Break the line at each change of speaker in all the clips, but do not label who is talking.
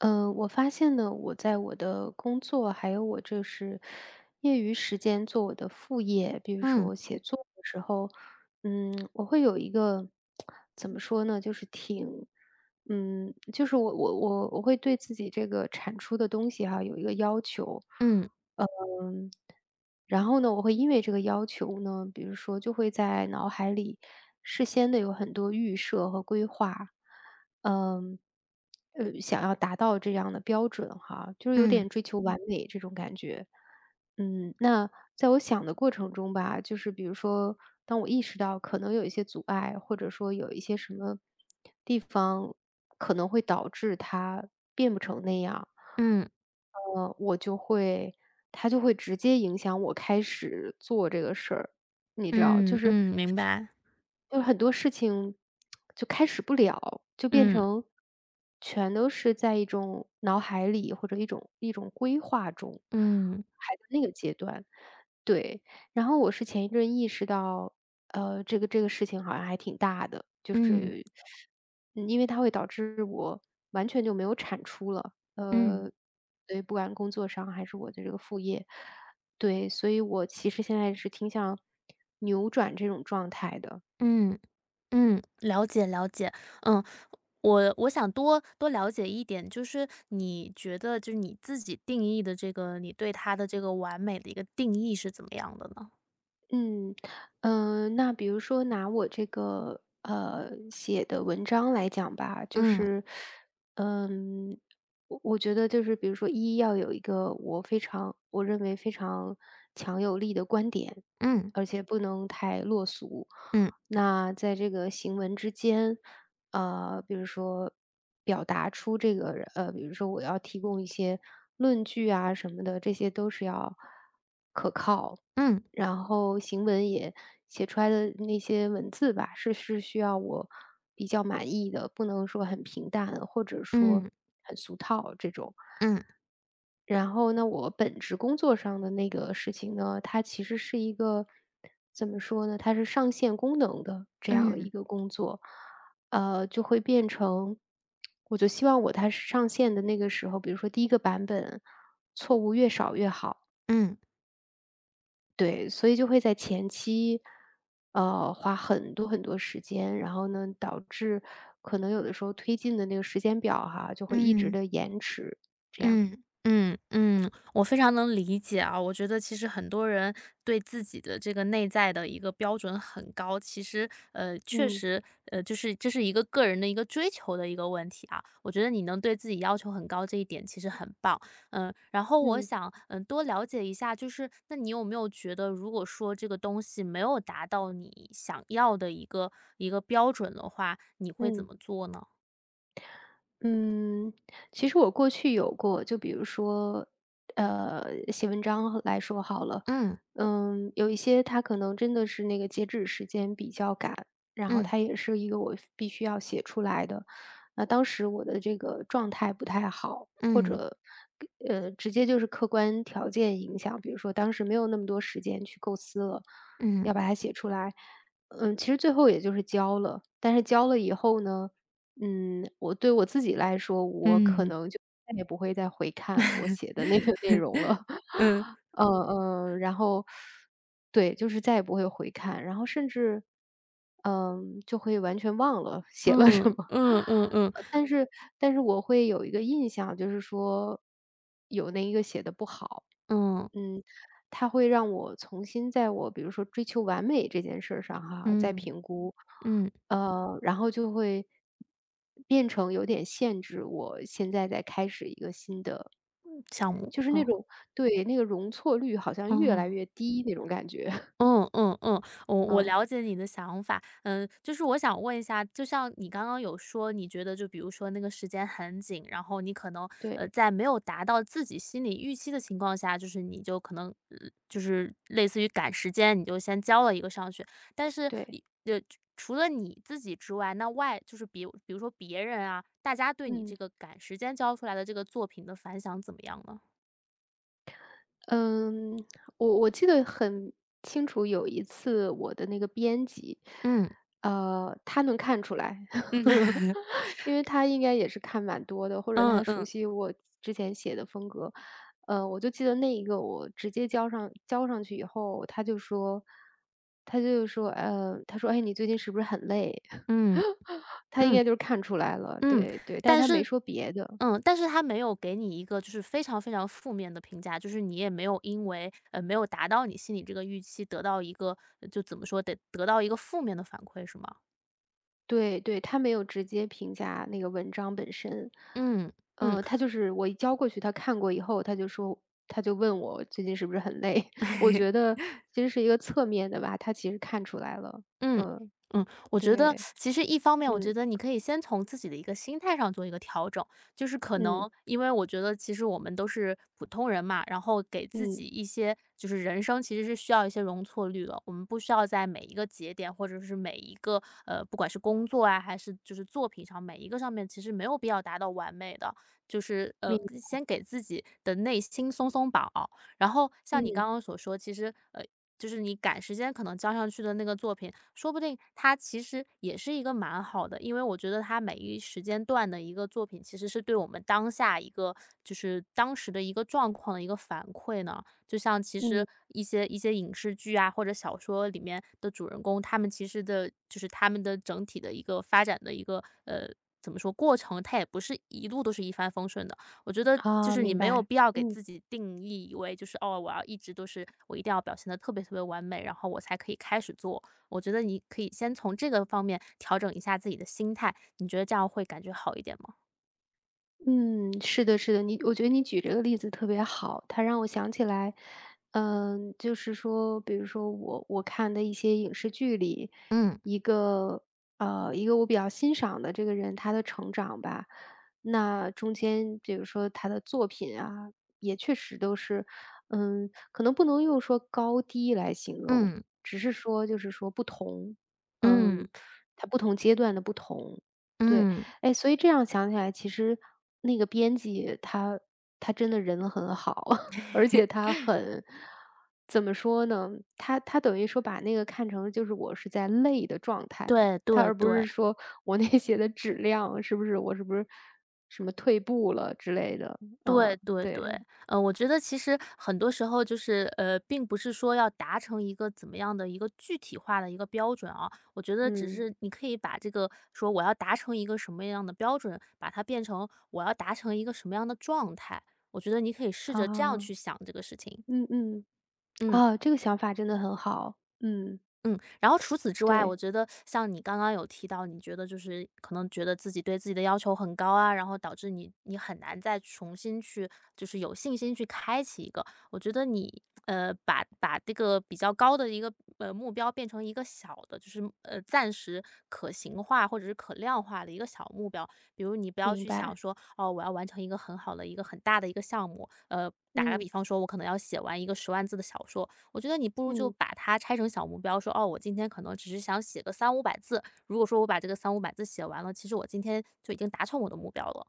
嗯，我发现呢，我在我的工作，还有我就是业余时间做我的副业，比如说
嗯
我写作的时候，我会有一个怎么说呢，就是挺，就是我会对自己这个产出的东西哈有一个要求，
嗯
嗯，然后呢，我会因为这个要求呢，比如说就会在脑海里事先的有很多预设和规划。嗯，想要达到这样的标准哈，就是有
嗯
点追求完美这种感觉。那在我想的过程中吧，就是比如说，当我意识到可能有一些阻碍，或者说有一些什么地方可能会导致它变不成那样，
嗯
呃，我就会它就会直接影响我开始做这个事儿，你知道，就
嗯
是
嗯，明白。
就是很多事情就开始不了，就变
嗯
成全都是在一种脑海里或者一种规划中，
嗯
还在那个阶段。对，然后我是前一阵意识到，这个事情好像还挺大的，就
嗯
是因为它会导致我完全就没有产出了，
嗯
所以不管工作上还是我的这个副业，对，所以我其实现在是挺想扭转这种状态的。
嗯嗯，了解了解。嗯，我想多多了解一点，就是你觉得就是你自己定义的这个你对他的这个完美的一个定义是怎么样的呢？
嗯，那比如说拿我这个写的文章来讲吧，就
嗯
是，嗯，我觉得就是比如说一要有一个我认为非常强有力的观点，
嗯
而且不能太落俗。
嗯
那在这个行文之间，比如说表达出这个人，比如说我要提供一些论据啊什么的，这些都是要可靠。
嗯
然后行文也写出来的那些文字吧，是需要我比较满意的，不能说很平淡，或者说
嗯
很俗套这种。
嗯
然后呢，我本职工作上的那个事情呢，它其实是一个怎么说呢？它是上线功能的这样
嗯
一个工作，就会变成，我就希望它上线的那个时候，比如说第一个版本错误越少越好。
嗯
对，所以就会在前期，花很多很多时间，然后呢，导致可能有的时候推进的那个时间表哈，就会一直
嗯。
的延迟，这样。
嗯嗯嗯，我非常能理解啊。我觉得其实很多人对自己的这个内在的一个标准很高，其实确
嗯，
实就是这是一个个人的一个追求的一个问题啊。我觉得你能对自己要求很高这一点其实很棒，嗯。然后我
嗯，
想嗯多了解一下，就是那你有没有觉得，如果说这个东西没有达到你想要的一个标准的话，你会怎
嗯。
么做呢？
嗯，其实我过去有过，就比如说，呃，写文章来说好了，
嗯
有一些它可能真的是那个截止时间比较赶，然后
嗯
它也是一个我必须要写出来的。那当时我的这个状态不太好，或
嗯
者直接就是客观条件影响，比如说当时没有那么多时间去构思了，
嗯。
要把它写出来。其实最后也就是交了，但是交了以后呢。我对我自己来说，我可
嗯，
能就再也不会再回看我写的那个内容了。
嗯。
嗯然后对，就是再也不会回看，然后甚至，就会完全忘了写了
嗯，
什么。
嗯嗯 嗯，
呃但是但是我会有一个印象，就是说有那一个写的不好。
嗯，
它会让我重新在我比如说追求完美这件事儿上哈，再
嗯，
评估，
嗯，
然后就会变成有点限制我现在在开始一个新的，
项目，
就是那
哦，
种对那个容错率好像越来
哦。
越低那种感觉，
嗯嗯嗯，我
嗯，
了解你的想法，嗯，就是我想问一下，就像你刚刚有说，你觉得就比如说那个时间很紧，然后你可能
对
在没有达到自己心理预期的情况下，就是你就可能就是类似于赶时间，你就先交了一个上去，但是
对，
除了你自己之外，那外就是比如说别人啊，大家对你
嗯。
这个赶时间交出来的这个作品的反响怎么样呢？
嗯，我记得很清楚，有一次我的那个编辑，
嗯
他能看出来，
嗯
因为他应该也是看蛮多的，或者
嗯嗯
他熟
嗯
悉我之前写的风格。我就记得那一个我直接交上去以后，他说，哎，你最近是不是很累？他应
嗯。
该就是看出来了，
嗯，
对对，但是
但
他没
是
说别的。
嗯，但是他没有给你一个就是非常非常负面的评价，就是你也没有因为，没有达到你心里这个预期，得到一个就怎么说，得到一个负面的反馈是吗？
对对，他没有直接评价那个文章本身，
嗯，嗯。
他就是我一交过去，他看过以后，他就问我最近是不是很累？我觉得其实是一个侧面的吧，他其实看出来了，
嗯，
嗯，
嗯，我觉得
对，
其实一方面，我
嗯
觉得你可以先从自己的一个心态上做一个调整，就是可
嗯
能因为我觉得其实我们都是普通人嘛，然后给自己
嗯，
一些就是人生其实是需要一些容错率的，我们不需要在每一个节点或者是每一个不管是工作啊还是就是作品上每一个上面，其实没有必要达到完美的，就是
明
先给自己的内心松松绑。然后像你
嗯
刚刚所说，其实就是你赶时间可能交上去的那个作品，说不定它其实也是一个蛮好的，因为我觉得它每一时间段的一个作品，其实是对我们当下一个就是当时的一个状况的一个反馈呢。就像其实
嗯
一些影视剧啊或者小说里面的主人公，他们其实的就是他们的整体的一个发展的一个怎么说过程，它也不是一路都是一帆风顺的。我觉得就是你
明
没有
白，
必要给
嗯。
自己定义为就是哦，我要一直都是我一定要表现的特别特别完美，然后我才可以开始做。我觉得你可以先从这个方面调整一下自己的心态，你觉得这样会感觉好一点吗？
嗯，是的，是的，我觉得你举这个例子特别好，它让我想起来，就是说，比如说我看的一些影视剧里，
嗯
一个一个我比较欣赏的这个人，他的成长吧，那中间比如说他的作品啊，也确实都是，可能不能用说高低来形容，
嗯
只是说就是说不同，
嗯
嗯，他不同阶段的不同，对。
嗯，
哎，所以这样想起来，其实那个编辑他真的人很好，而且他很怎么说呢？他等于说把那个看成就是我是在累的状态，
对
他
对
而不是
对。
说我那些的质量是不是什么退步了之类的。呃，
对对对，
对，
嗯，我觉得其实很多时候就是，并不是说要达成一个怎么样的一个具体化的一个标准啊，我觉得只
嗯，
是你可以把这个说我要达成一个什么样的标准，把它变成我要达成一个什么样的状态，我觉得你可以试着这样
啊，
去想这个事情，
嗯嗯，
嗯。
啊，这个想法真的很好。嗯，
嗯，然后除此之外，我
对，
觉得像你刚刚有提到，你觉得就是可能觉得自己对自己的要求很高啊，然后导致你很难再重新去就是有信心去开启一个。我觉得你把这个比较高的一个目标变成一个小的，就是暂时可行化或者是可量化的一个小目标，比如你不要
明
去想
白，
说哦我要完成一个很好的一个很大的一个项目，打个
嗯，
比方说，我可能要写完一个十万字的小说，我觉得你不如就
嗯。
把它拆成小目标，说哦，我今天可能只是想写个三五百字。如果说我把这个三五百字写完了，其实我今天就已经达成我的目标了。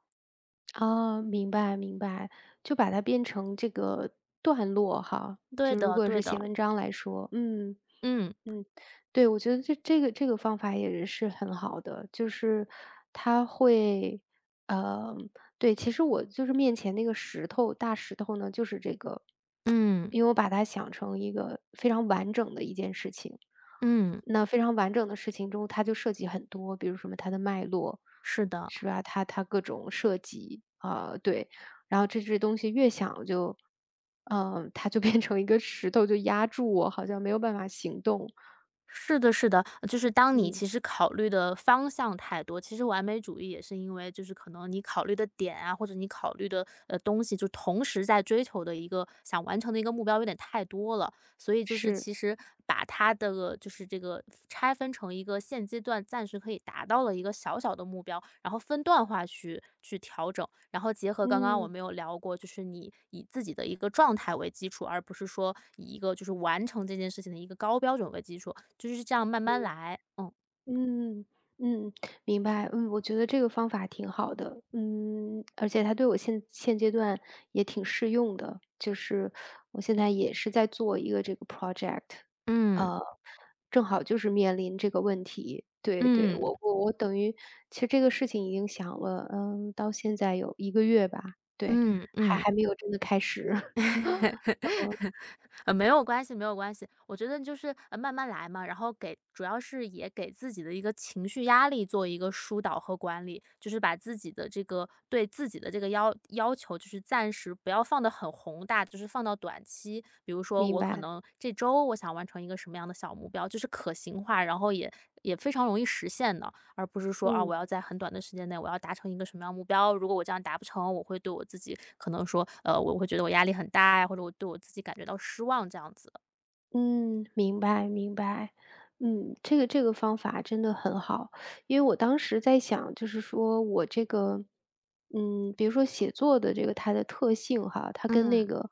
哦，明白明白，就把它变成这个段落哈，
对
就如
的，
果
对
是写
的，
文章来说。
嗯
嗯，对，我觉得这个方法也是很好的，就是它会，呃，对，其实我就是面前那个石头，大石头呢，就是这个，
嗯
因为我把它想成一个非常完整的一件事情，
嗯，
那非常完整的事情中，它就涉及很多，比如什么它的脉络，
是的，
是吧？它各种涉及啊、对，然后这东西越想就，它就变成一个石头，就压住我，好像没有办法行动。
是的，是的，就是当你
嗯，
其实考虑的方向太多，其实完美主义也是因为就是可能你考虑的点啊，或者你考虑的东西，就同时在追求的一个想完成的一个目标有点太多了。所以就是
是，
其实把它的就是这个拆分成一个现阶段暂时可以达到了一个小小的目标，然后分段化去调整，然后结合刚刚我
嗯
们有聊过，就是你以自己的一个状态为基础，而不是说以一个就是完成这件事情的一个高标准为基础，就是这样慢慢来，嗯。
嗯嗯，明白，我觉得这个方法挺好的，而且它对我现阶段也挺适用的，就是我现在也是在做一个这个 project，
嗯
呃，正好就是面临这个问题，对对，
嗯
我等于其实这个事情已经想了，到现在有一个月吧，对，
嗯
还
嗯。
还没有真的开始，
没有关系，没有关系。我觉得就是，慢慢来嘛，然后给主要是也给自己的一个情绪压力做一个疏导和管理，就是把自己的这个对自己的这个要求，就是暂时不要放的很宏大，就是放到短期。比如说
明
我可
白，
能这周我想完成一个什么样的小目标，就是可行化，然后也非常容易实现的。而不是说啊，我
嗯。
要在很短的时间内我要达成一个什么样的目标，如果我这样达不成，我会对我自己可能说，我会觉得我压力很大呀，或者我对我自己感觉到失望这样子。
嗯，明白明白。这个方法真的很好，因为我当时在想，就是说我这个，比如说写作的这个它的特性哈，它跟
嗯
那个，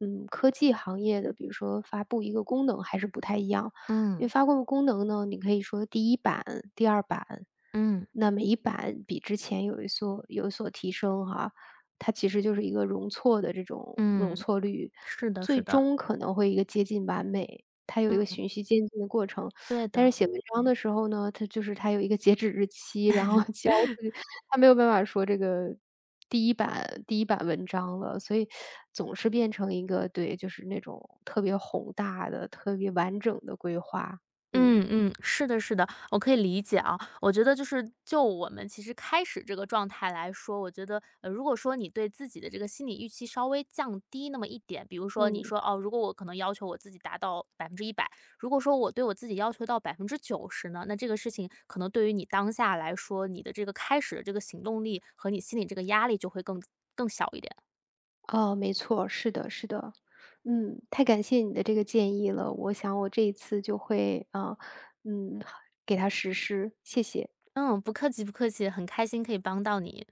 科技行业的，比如说发布一个功能还是不太一样。因为
嗯
发布功能呢，你可以说第一版、第二版，
嗯
那每一版比之前有一所有所提升哈，它其实就是一个容错的这种容
嗯，
错率，
是的，
最
是的，
终可能会一个接近完美，它有一个
嗯，
循序渐进的过程。
对
但是
的。
写文章的时候呢，它就是它有一个截止日期，然后 交出去，它没有办法说这个第一版文章了，所以总是变成一个对，就是那种特别宏大的、特别完整的规划。嗯
嗯嗯，是的，是的，我可以理解啊。我觉得就是就我们其实开始这个状态来说，我觉得如果说你对自己的这个心理预期稍微降低那么一点，比如说
嗯。
你说哦，如果我可能要求我自己达到100%，如果说我对我自己要求到90%呢，那这个事情可能对于你当下来说，你的这个开始的这个行动力和你心里这个压力就会更小一点。
哦，没错，是的，是的，太感谢你的这个建议了，我想我这一次就会啊嗯，给他实施，谢谢。
嗯，不客气，不客气，很开心可以帮到你。